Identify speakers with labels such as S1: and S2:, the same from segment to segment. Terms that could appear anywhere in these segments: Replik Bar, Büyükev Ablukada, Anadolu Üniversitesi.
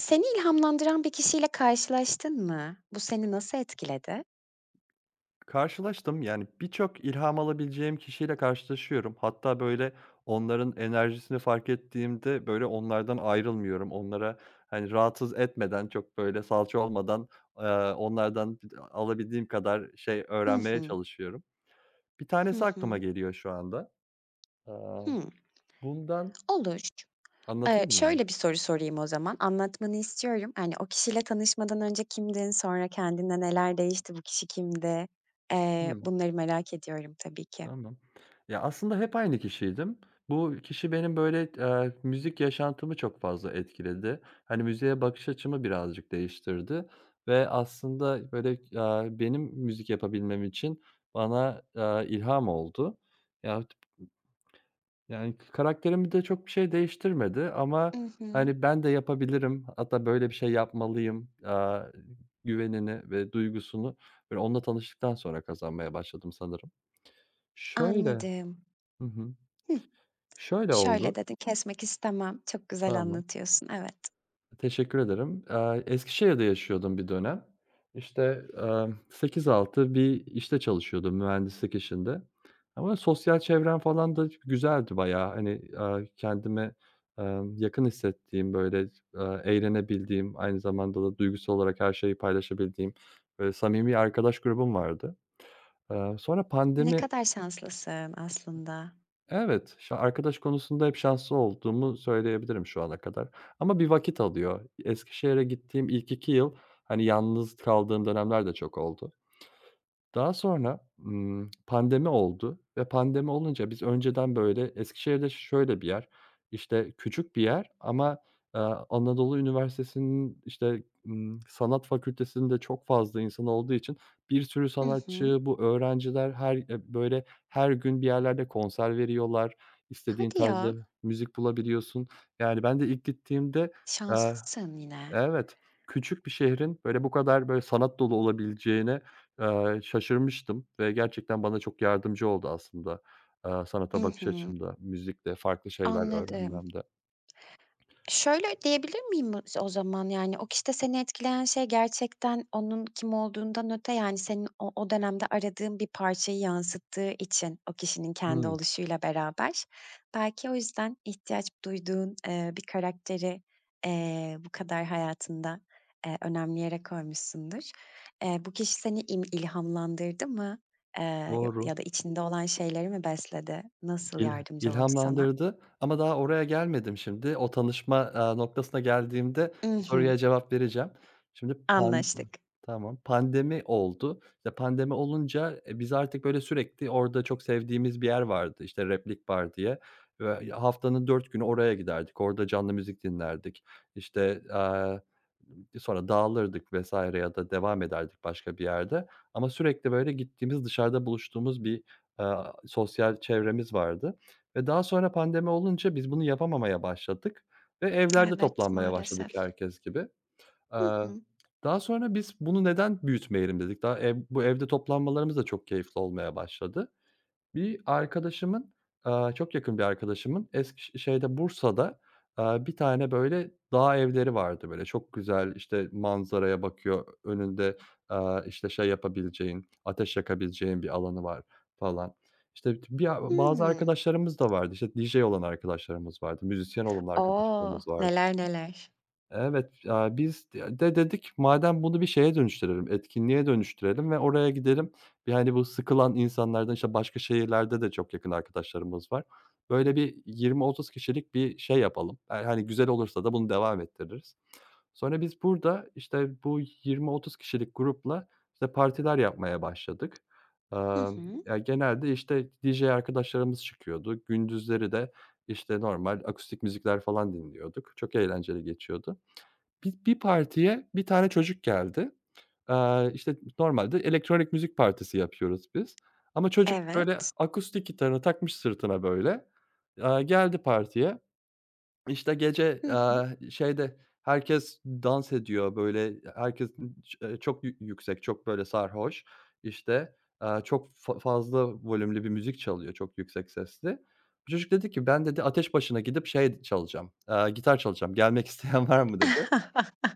S1: Seni ilhamlandıran bir kişiyle karşılaştın mı? Bu seni nasıl etkiledi?
S2: Karşılaştım. Yani, birçok ilham alabileceğim kişiyle karşılaşıyorum. Hatta, onların enerjisini fark ettiğimde, onlardan ayrılmıyorum. Onlara, hani, rahatsız etmeden, çok, salça olmadan, eee, onlardan alabildiğim kadar şey
S1: Hı
S2: öğrenmeye
S1: hı.
S2: çalışıyorum. Bir
S1: Hı
S2: tanesi aklıma
S1: hı.
S2: geliyor şu anda. Aaa,
S1: Hımm.
S2: bundan
S1: Olur.
S2: Anlatayım mı onu?
S1: Şöyle bir soru sorayım o zaman, anlatmanı istiyorum. Hani, o kişiyle tanışmadan önce kimdin? Sonra kendinde neler değişti? Bu kişi kimdi? Bunları merak ediyorum tabii ki.
S2: Tamam. Ya, aslında hep aynı kişiydim. Bu kişi benim, müzik yaşantımı çok fazla etkiledi. Hani, müziğe bakış açımı birazcık değiştirdi ve aslında, benim müzik yapabilmem için bana, ilham oldu. Ya, yani, karakterimi de çok bir şey değiştirmedi ama,
S1: I hı.
S2: hani, ben de yapabilirim, hatta böyle bir şey yapmalıyım, güvenini ve duygusunu, onunla tanıştıktan sonra kazanmaya başladım sanırım. Şöyle
S1: Anladım.
S2: Hı hı.
S1: Hıh.
S2: Şöyle
S1: "Şöyle
S2: oldu.
S1: dedi, kesmek istemem." Çok güzel
S2: Tamam.
S1: anlatıyorsun, evet.
S2: Teşekkür ederim. Eskişehir'de yaşıyordum bir dönem. İşte, 8-6 bir işte çalışıyordum mühendislik işinde ama sosyal çevrem falan da güzeldi bayağı. Hani, kendimi, yakın hissettiğim, eğlenebildiğim, aynı zamanda da duygusal olarak her şeyi paylaşabildiğim, samimi arkadaş grubum vardı. Sonra
S1: Ne
S2: pandemi
S1: kadar şanslısın aslında.
S2: Evet, arkadaş konusunda hep şanslı olduğumu söyleyebilirim şu ana kadar ama bir vakit alıyor. Eskişehir'e gittiğim ilk 2 yıl, hani, yalnız kaldığım dönemler de çok oldu. Daha sonra, pandemi oldu ve pandemi olunca biz önceden, Eskişehir'de şöyle bir yer, işte, küçük bir yer ama, eee, Anadolu Üniversitesi'nin, işte, sanat fakültesinde çok fazla insan olduğu için bir sürü
S1: Hı hı.
S2: sanatçı, bu öğrenciler her, her gün bir yerlerde konser veriyorlar. İstediğin
S1: Hadi ya,
S2: tarzda müzik bulabiliyorsun. Yani ben de ilk gittiğimde,
S1: şanslısın yine.
S2: evet, küçük bir şehrin, böyle, bu kadar, sanat dolu olabileceğine, şaşırmıştım ve gerçekten bana çok yardımcı oldu aslında,
S1: I
S2: sanata bakış
S1: hı,
S2: açımda, müzikte, farklı şeyler
S1: anladım.
S2: öğrenmemde.
S1: Şöyle diyebilir miyim mı o zaman, yani, o kişide seni etkileyen şey gerçekten onun kim olduğundan öte, yani, senin o dönemde aradığın bir parçayı yansıttığı için o kişinin kendi
S2: Hımm,
S1: oluşuyla beraber belki o yüzden ihtiyaç duyduğun, bir karakteri, bu kadar hayatında, önemli yere koymuşsundur. Bu kişi seni im ilhamlandırdı mı? Eee, ya
S2: doğru.
S1: da içinde olan şeyleri mi besledi? Nasıl yardımcı oldu sana?
S2: İlhamlandırdı ama daha oraya gelmedim şimdi. O tanışma, noktasına geldiğimde bu
S1: I
S2: soruya cevap vereceğim. Şimdi pan
S1: Anlaştık.
S2: tamam, pandemi oldu. İşte, pandemi olunca, biz artık böyle sürekli orada çok sevdiğimiz bir yer vardı, işte, Replik Bar diye. Ve ya haftanın 4 günü oraya giderdik. Orada canlı müzik dinlerdik. İşte, sonra dağılırdık vs. ya da devam ederdik başka bir yerde ama sürekli böyle gittiğimiz, dışarıda buluştuğumuz bir sosyal çevremiz vardı ve daha sonra pandemi olunca biz bunu yapamamaya başladık ve evlerde
S1: Evet,
S2: toplanmaya başladık
S1: maalesef.
S2: herkes gibi.
S1: Hı
S2: Aaa,
S1: hı.
S2: daha sonra biz bunu neden büyütmeyelim dedik. Daha ev bu evde toplanmalarımız da çok keyifli olmaya başladı. Bir arkadaşımın, çok yakın bir arkadaşımın Eskiş şeyde Bursa'da, bir tane böyle dağ evleri vardı böyle çok güzel, işte, manzaraya bakıyor, önünde, işte, şey yapabileceğin, ateş yakabileceğin bir alanı var falan. İşte, bir a bazı
S1: Hımm.
S2: arkadaşlarımız da vardı, işte, DJ olan arkadaşlarımız vardı, müzisyen olan
S1: O!
S2: arkadaşlarımız vardı.
S1: Neler neler.
S2: Evet, biz de dedik madem bunu bir şeye dönüştürelim, etkinliğe dönüştürelim ve oraya gidelim. Yani bu sıkılan insanlardan, işte, başka şehirlerde de çok yakın arkadaşlarımız var. Böyle bir 20-30 kişilik bir şey yapalım. Yani hani, güzel olursa da bunu devam ettiririz. Sonra biz burada, işte, bu 20-30 kişilik grupla, işte, partiler yapmaya başladık.
S1: Hı hı.
S2: Ya, genelde, işte, DJ arkadaşlarımız çıkıyordu. Gündüzleri de, işte, normal akustik müzikler falan dinliyorduk. Çok eğlenceli geçiyordu. Bir partiye bir tane çocuk geldi. İşte, normalde elektronik müzik partisi yapıyoruz biz ama çocuk böyle
S1: Evet.
S2: akustik gitarını takmış sırtına böyle. Geldi partiye. İşte, gece,
S1: Hı hı.
S2: şeyde herkes dans ediyor, herkes çok yüksek, çok böyle sarhoş. İşte, çok fazla volümlü bir müzik çalıyor, çok yüksek sesli. Çocuk dedi ki, "Ben" dedi, ateş başına gidip şey çalacağım, gitar çalacağım, gelmek isteyen var mı?" dedi.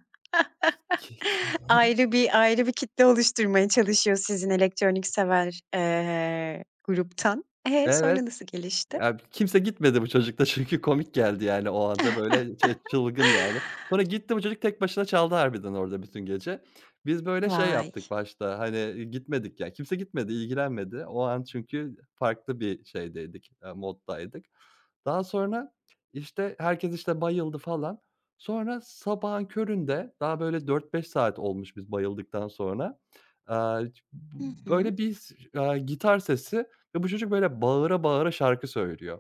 S1: Ayrı bir kitle oluşturmaya çalışıyor sizin elektronik sever, gruptan. E,
S2: Evet,
S1: sonra nasıl gelişti?
S2: ya, kimse gitmedi bu çocukta çünkü komik geldi yani o anda böyle çılgın yani. Sonra gitti bu çocuk tek başına çaldı harbiden orada bütün gece. Biz böyle şey
S1: Vay!
S2: yaptık başta, hani, gitmedik ya, kimse gitmedi, ilgilenmedi. O an çünkü farklı bir şeydeydik, moddaydık. Daha sonra, işte, herkes, işte, bayıldı falan. Sonra sabahın köründe daha böyle 4-5 saat olmuş biz bayıldıktan sonra, aaa,
S1: Hı
S2: b
S1: hı.
S2: böyle bir s aaa, gitar sesi ve bu çocuk böyle bağıra bağıra şarkı söylüyor.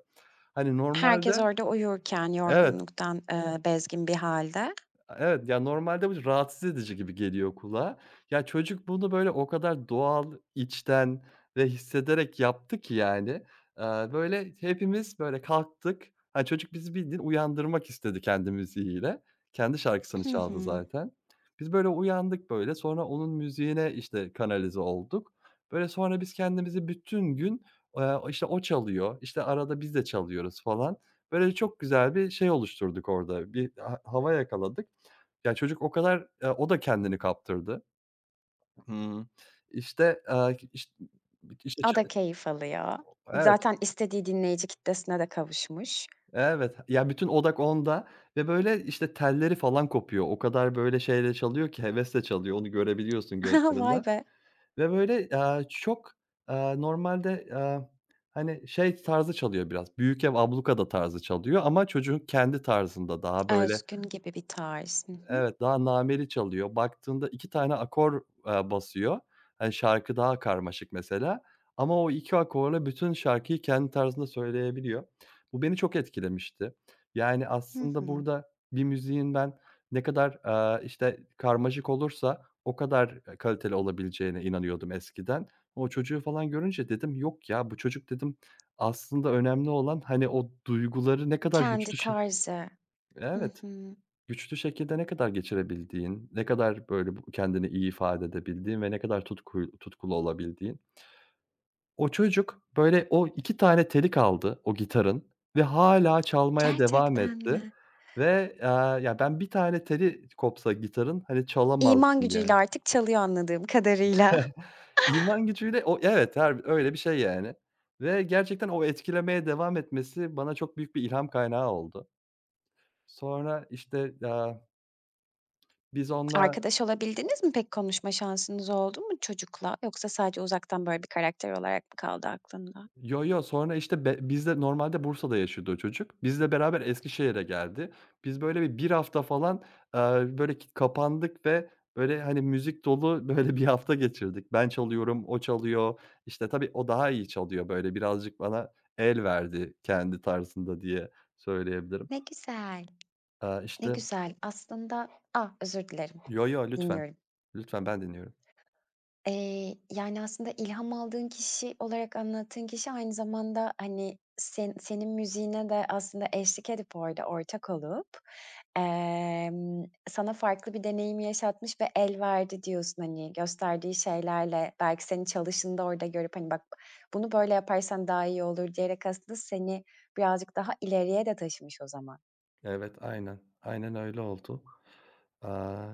S2: Hani,
S1: Herkes
S2: normalde
S1: orada uyurken
S2: Evet,
S1: yorgunluktan, bezgin bir hâlde.
S2: evet, ya, normalde bu rahatsız edici gibi geliyor kulağa. Ya, çocuk bunu böyle o kadar doğal, içten ve hissederek yaptı ki yani, aaa, böyle hepimiz böyle kalktık. Hani, çocuk bizi bildiğin uyandırmak istedi kendi müziğiyle. Kendi şarkısını
S1: Hı
S2: çaldı
S1: hı.
S2: zaten. Biz böyle uyandık böyle, sonra onun müziğine, işte, kanalize olduk. Böyle sonra biz kendimizi bütün gün, işte, o çalıyor, işte, arada biz de çalıyoruz falan. Böyle çok güzel bir şey oluşturduk orada, bir hava yakaladık. Ya, çocuk o kadar, o da kendini kaptırdı. Hımm. İşte, aaa, iş işte
S1: O
S2: ça
S1: da keyif alıyor.
S2: evet,
S1: Zaten istediği dinleyici kitlesine de kavuşmuş.
S2: evet. Ya, bütün odak onda ve işte, telleri falan kopuyor. O kadar böyle şeyle çalıyor ki, hevesle çalıyor. Onu görebiliyorsun
S1: Vay
S2: gözlerinden
S1: be!
S2: ve böyle, aaa, çok, aaa, normalde, aaa, hani, şey tarzı çalıyor biraz, Büyükev Ablukada tarzı çalıyor ama çocuğun kendi tarzında daha böyle
S1: Özgün gibi bir tarz. Hı hı.
S2: evet, daha nameli çalıyor. Baktığında 2 tane akor, basıyor. Hani, şarkı daha karmaşık mesela ama o 2 akorla bütün şarkıyı kendi tarzında söyleyebiliyor. Bu beni çok etkilemişti. Yani,
S1: Hı
S2: aslında
S1: hı.
S2: burada bir müziğin ben ne kadar, işte, karmaşık olursa o kadar, kaliteli olabileceğine inanıyordum eskiden. O çocuğu falan görünce dedim, "Yok ya, bu çocuk" dedim, "aslında önemli olan, hani, o duyguları ne kadar güçlü"
S1: Kendi
S2: şey
S1: tarzı. Hı
S2: evet.
S1: hı.
S2: Güçlü şekilde ne kadar geçirebildiğin, ne kadar böyle bu kendini iyi ifade edebildiğin ve ne kadar tutkulu olabildiğin. O çocuk böyle o 2 tane telik aldı o gitarın ve hala çalmaya devam
S1: Gerçekten
S2: etti
S1: mi?
S2: ve, ben bir tane teli kopsa gitarın, hani,
S1: İman
S2: çalamazdım yani.
S1: gücüyle artık çalıyor anladığım kadarıyla.
S2: İman gücüyle o evet, her öyle bir şey yani ve gerçekten o etkilemeye devam etmesi bana çok büyük bir ilham kaynağı oldu. Sonra, biz onunla
S1: Arkadaş olabildiniz mi? Pek konuşma şansınız oldu mu çocukla? Yoksa sadece uzaktan böyle bir karakter olarak mı kaldı aklında?
S2: Sonra, işte, bizle normalde Bursa'da yaşıyordu o çocuk. Bizle beraber Eskişehir'e geldi. Biz, böyle, bir 1 hafta falan, eee, böyle, kapandık ve, böyle, hani, müzik dolu, böyle, bir hafta geçirdik. Ben çalıyorum, o çalıyor. İşte, tabii o daha iyi çalıyor, böyle, birazcık bana el verdi kendi tarzında diye söyleyebilirim.
S1: Ne güzel,
S2: Aaa,
S1: ne
S2: işte
S1: güzel. Aslında Ah, özür dilerim.
S2: Yo, yo, lütfen.
S1: Dinliyorum.
S2: Lütfen ben dinliyorum.
S1: Yani, aslında ilham aldığın kişi olarak anlattığın kişi aynı zamanda, hani, senin müziğine de aslında eşlik edip orada ortak olup, emm, sana farklı bir deneyimi yaşatmış ve el verdi diyorsun, hani, gösterdiği şeylerle belki senin çalışında orada görüp, hani, bak bunu böyle yaparsan daha iyi olur diyerek aslında seni birazcık daha ileriye de taşımış o zaman.
S2: Evet, aynen. Aynen öyle oldu. Aaa,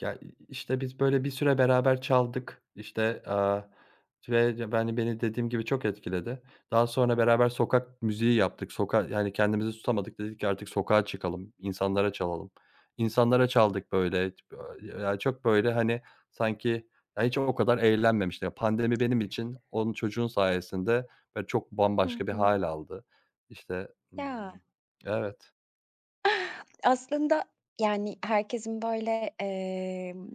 S2: ya, işte, biz böyle bir süre beraber çaldık, ve beni dediğim gibi çok etkiledi. Daha sonra beraber sokak müziği yaptık. Yani, kendimizi tutamadık. Dedik ki artık sokağa çıkalım, insanlara çalalım. İnsanlara çaldık böyle. Ya, çok böyle, hani, sanki, ya, hiç o kadar eğlenmemiştim. Pandemi benim için onun çocuğun sayesinde böyle çok
S1: Hı
S2: bambaşka bir
S1: hı.
S2: hâl aldı. İşte,
S1: Ya.
S2: ımm Evet.
S1: Aslında, yani, herkesin, böyle,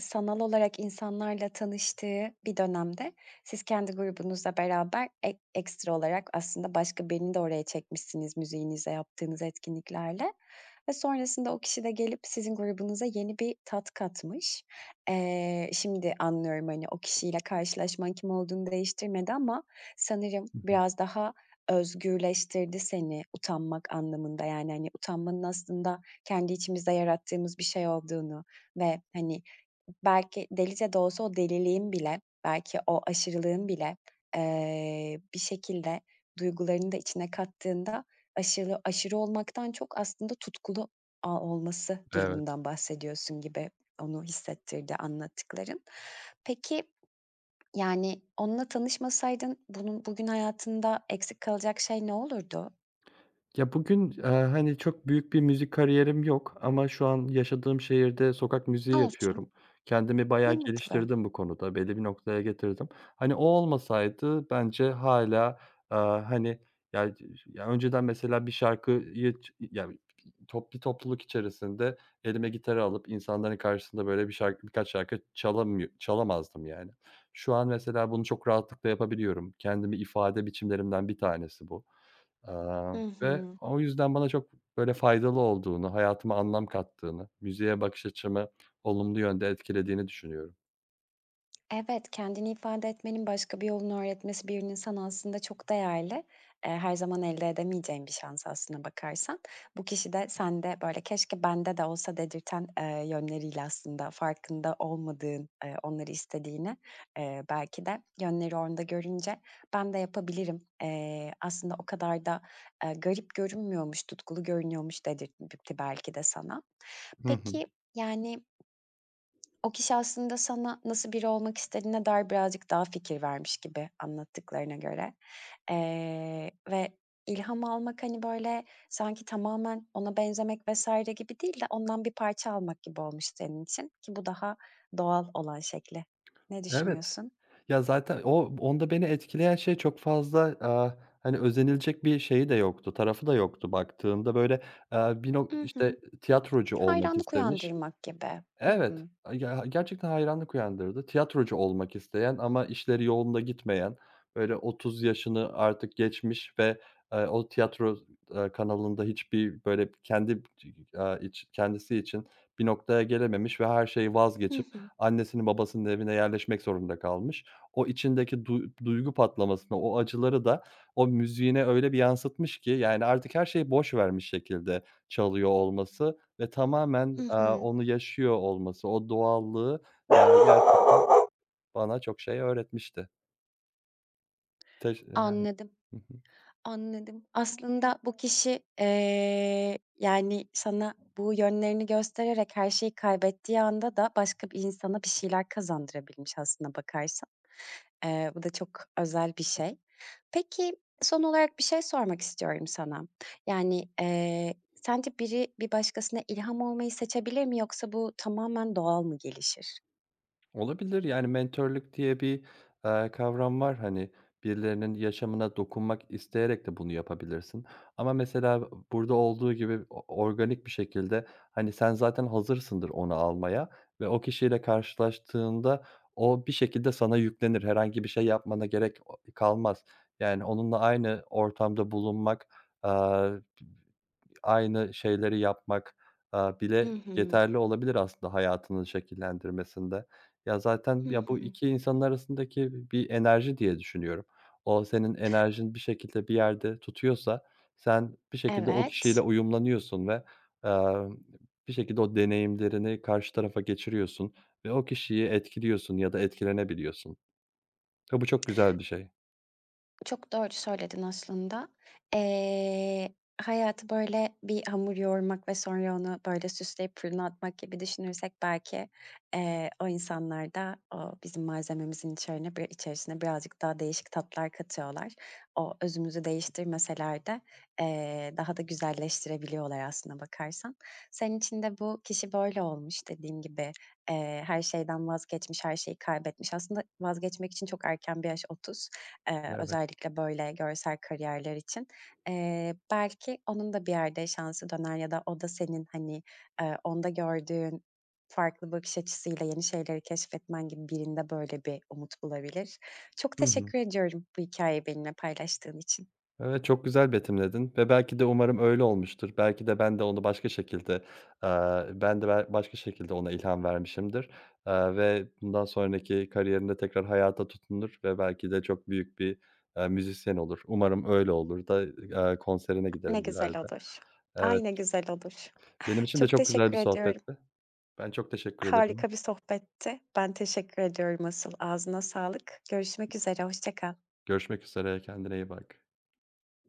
S1: sanal olarak insanlarla tanıştığı bir dönemde siz kendi grubunuzla beraber ekstra olarak aslında başka birini de oraya çekmişsiniz müziğinizle, yaptığınız etkinliklerle ve sonrasında o kişi de gelip sizin grubunuza yeni bir tat katmış. Şimdi anlıyorum, hani, o kişiyle karşılaşman kim olduğunu değiştirmedi ama sanırım
S2: Hı hı.
S1: biraz daha özgürleştirdi seni utanmak anlamında. Yani, hani, utanmanın aslında kendi içimizde yarattığımız bir şey olduğunu ve, hani, belki delice de olsa o deliliğin bile, belki o aşırılığın bile, bir şekilde duygularını da içine kattığında aşırı aşırı olmaktan çok aslında tutkulu a olması
S2: Evet.
S1: durumundan bahsediyorsun gibi. Onu hissettirdi anlattıkların. Peki yani, onunla tanışmasaydın bunun bugün hayatında eksik kalacak şey ne olurdu?
S2: Ya, bugün, hani, çok büyük bir müzik kariyerim yok ama şu an yaşadığım şehirde sokak müziği
S1: Olsun,
S2: yapıyorum. Kendimi bayağı
S1: ne mutlu.
S2: geliştirdim bu konuda, belli bir noktaya getirdim. Hani, o olmasaydı bence hala eee, hani, ya, önceden mesela bir şarkıyı ç ya, top bir topluluk içerisinde elime gitarı alıp insanların karşısında, böyle, birkaç şarkı çalamazdım, yani. Şu an mesela bunu çok rahatlıkla yapabiliyorum. Kendimi ifade biçimlerimden bir tanesi bu.
S1: Hı
S2: Ve
S1: hı.
S2: o yüzden bana çok böyle faydalı olduğunu, hayatıma anlam kattığını, müziğe bakış açımı olumlu yönde etkilediğini düşünüyorum.
S1: Evet, kendini ifade etmenin başka bir yolunu öğretmesi bir insan aslında çok değerli. Her zaman elde edemeyeceğin bir şans aslına bakarsan. Bu kişi de sende böyle "Keşke bende de olsa." dedirten, yönleriyle aslında farkında olmadığın, onları istediğini, belki de yönleri orada görünce "Ben de yapabilirim. Aslında o kadar da, garip görünmüyormuş, tutkulu görünüyormuş." dedirtti belki de sana.
S2: Hı hı.
S1: Peki, yani o kişi aslında sana nasıl biri olmak istediğine dair birazcık daha fikir vermiş gibi anlattıklarına göre. Ve ilham almak, hani, böyle, sanki tamamen ona benzemek vesaire gibi değil de ondan bir parça almak gibi olmuş senin için ki bu daha doğal olan şekli. Ne
S2: Evet.
S1: düşünüyorsun?
S2: Ya, zaten o onda beni etkileyen şey çok fazla, hani, özenilecek bir şeyi de yoktu, tarafı da yoktu baktığında. Böyle, aaa, bir nok
S1: I
S2: işte,
S1: hı.
S2: tiyatrocu olmak
S1: Hayranlık
S2: istemiş.
S1: uyandırmak gibi.
S2: Evet, ya, gerçekten hayranlık uyandırdı. Tiyatrocu olmak isteyen ama işleri yolunda gitmeyen, böyle 30 yaşını artık geçmiş ve, o tiyatro, kanalında hiçbir böyle kendi, aaa, iç kendisi için bir noktaya gelememiş ve her şeyi
S1: Hı
S2: vazgeçip
S1: hı.
S2: annesinin babasının evine yerleşmek zorunda kalmış. O içindeki duygu patlamasını, o acıları da o müziğine öyle bir yansıtmış ki yani artık her şeyi boş vermiş şekilde çalıyor olması ve tamamen,
S1: Hı hı. Hı hı.
S2: onu yaşıyor olması, o doğallığı, gerçekten bana çok şey öğretmişti. Teş yani
S1: Anladım.
S2: Hı hı.
S1: Anladım. Aslında bu kişi, yani, sana bu yönlerini göstererek her şeyi kaybettiği anda da başka bir insana bir şeyler kazandırabilmiş aslında bakarsan. Bu da çok özel bir şey. Peki, son olarak bir şey sormak istiyorum sana. Yani, sence biri bir başkasına ilham olmayı seçebilir mi yoksa bu tamamen doğal mı gelişir?
S2: Olabilir, yani mentörlük diye bir, kavram var. Hani, birilerinin yaşamına dokunmak isteyerek de bunu yapabilirsin ama mesela burada olduğu gibi o organik bir şekilde, hani, sen zaten hazırsındır onu almaya ve o kişiyle karşılaştığında o bir şekilde sana yüklenir. Herhangi bir şey yapmana gerek o kalmaz. Yani onunla aynı ortamda bulunmak, aaa aynı şeyleri yapmak,
S1: Hı
S2: bile
S1: hı.
S2: yeterli olabilir aslında hayatının şekillendirmesinde. Ya, zaten
S1: Hı
S2: ya, bu
S1: hı.
S2: 2 insanın arasındaki bir enerji diye düşünüyorum. O senin enerjin bir şekilde bir yerde tutuyorsa sen bir şekilde o kişiyle
S1: Evet.
S2: uyumlanıyorsun ve, emm, bir şekilde o deneyimlerini karşı tarafa geçiriyorsun ve o kişiyi etkiliyorsun ya da etkilenebiliyorsun ve bu çok güzel bir şey.
S1: Çok doğru söyledin aslında. Eee, hayatı, böyle, bir hamur yoğurmak ve sonra onu, böyle, süsleyip fırına atmak gibi düşünürsek belki, o insanlar da o bizim malzememizin içerine bir içerisine birazcık daha değişik tatlar katıyorlar. O özümüzü değiştirmeseler de, daha da güzelleştirebiliyorlar aslında bakarsan. Senin için de bu kişi böyle olmuş dediğim gibi, her şeyden vazgeçmiş, her şeyi kaybetmiş. Aslında vazgeçmek için çok erken bir yaş 30.
S2: Evet.
S1: Özellikle böyle görsel kariyerler için. Belki onun da bir yerde şansı döner ya da o da senin, hani, onda gördüğün farklı bakış açısıyla yeni şeyleri keşfetmen gibi birinde böyle bir umut bulabilir. Çok
S2: Hı hı.
S1: teşekkür ediyorum bu hikâyeyi benimle paylaştığın için.
S2: Evet, çok güzel betimledin ve belki de umarım öyle olmuştur. Belki de ben de onu başka şekilde, ben de be başka şekilde ona ilham vermişimdir, ve bundan sonraki kariyerinde tekrar hayata tutunur ve belki de çok büyük bir, müzisyen olur. Umarım öyle olur da, konserine
S1: Ne
S2: giderim
S1: güzel
S2: ileride.
S1: olur.
S2: Evet,
S1: Ay, ne güzel olur.
S2: benim için de
S1: Çok
S2: çok güzel bir
S1: teşekkür ediyorum.
S2: sohbetti. Ben çok teşekkür
S1: Harika
S2: ederim.
S1: bir sohbetti. Ben teşekkür ediyorum asıl. Ağzına sağlık. Görüşmek üzere, hoşça kal.
S2: Görüşmek üzere, kendine iyi bak.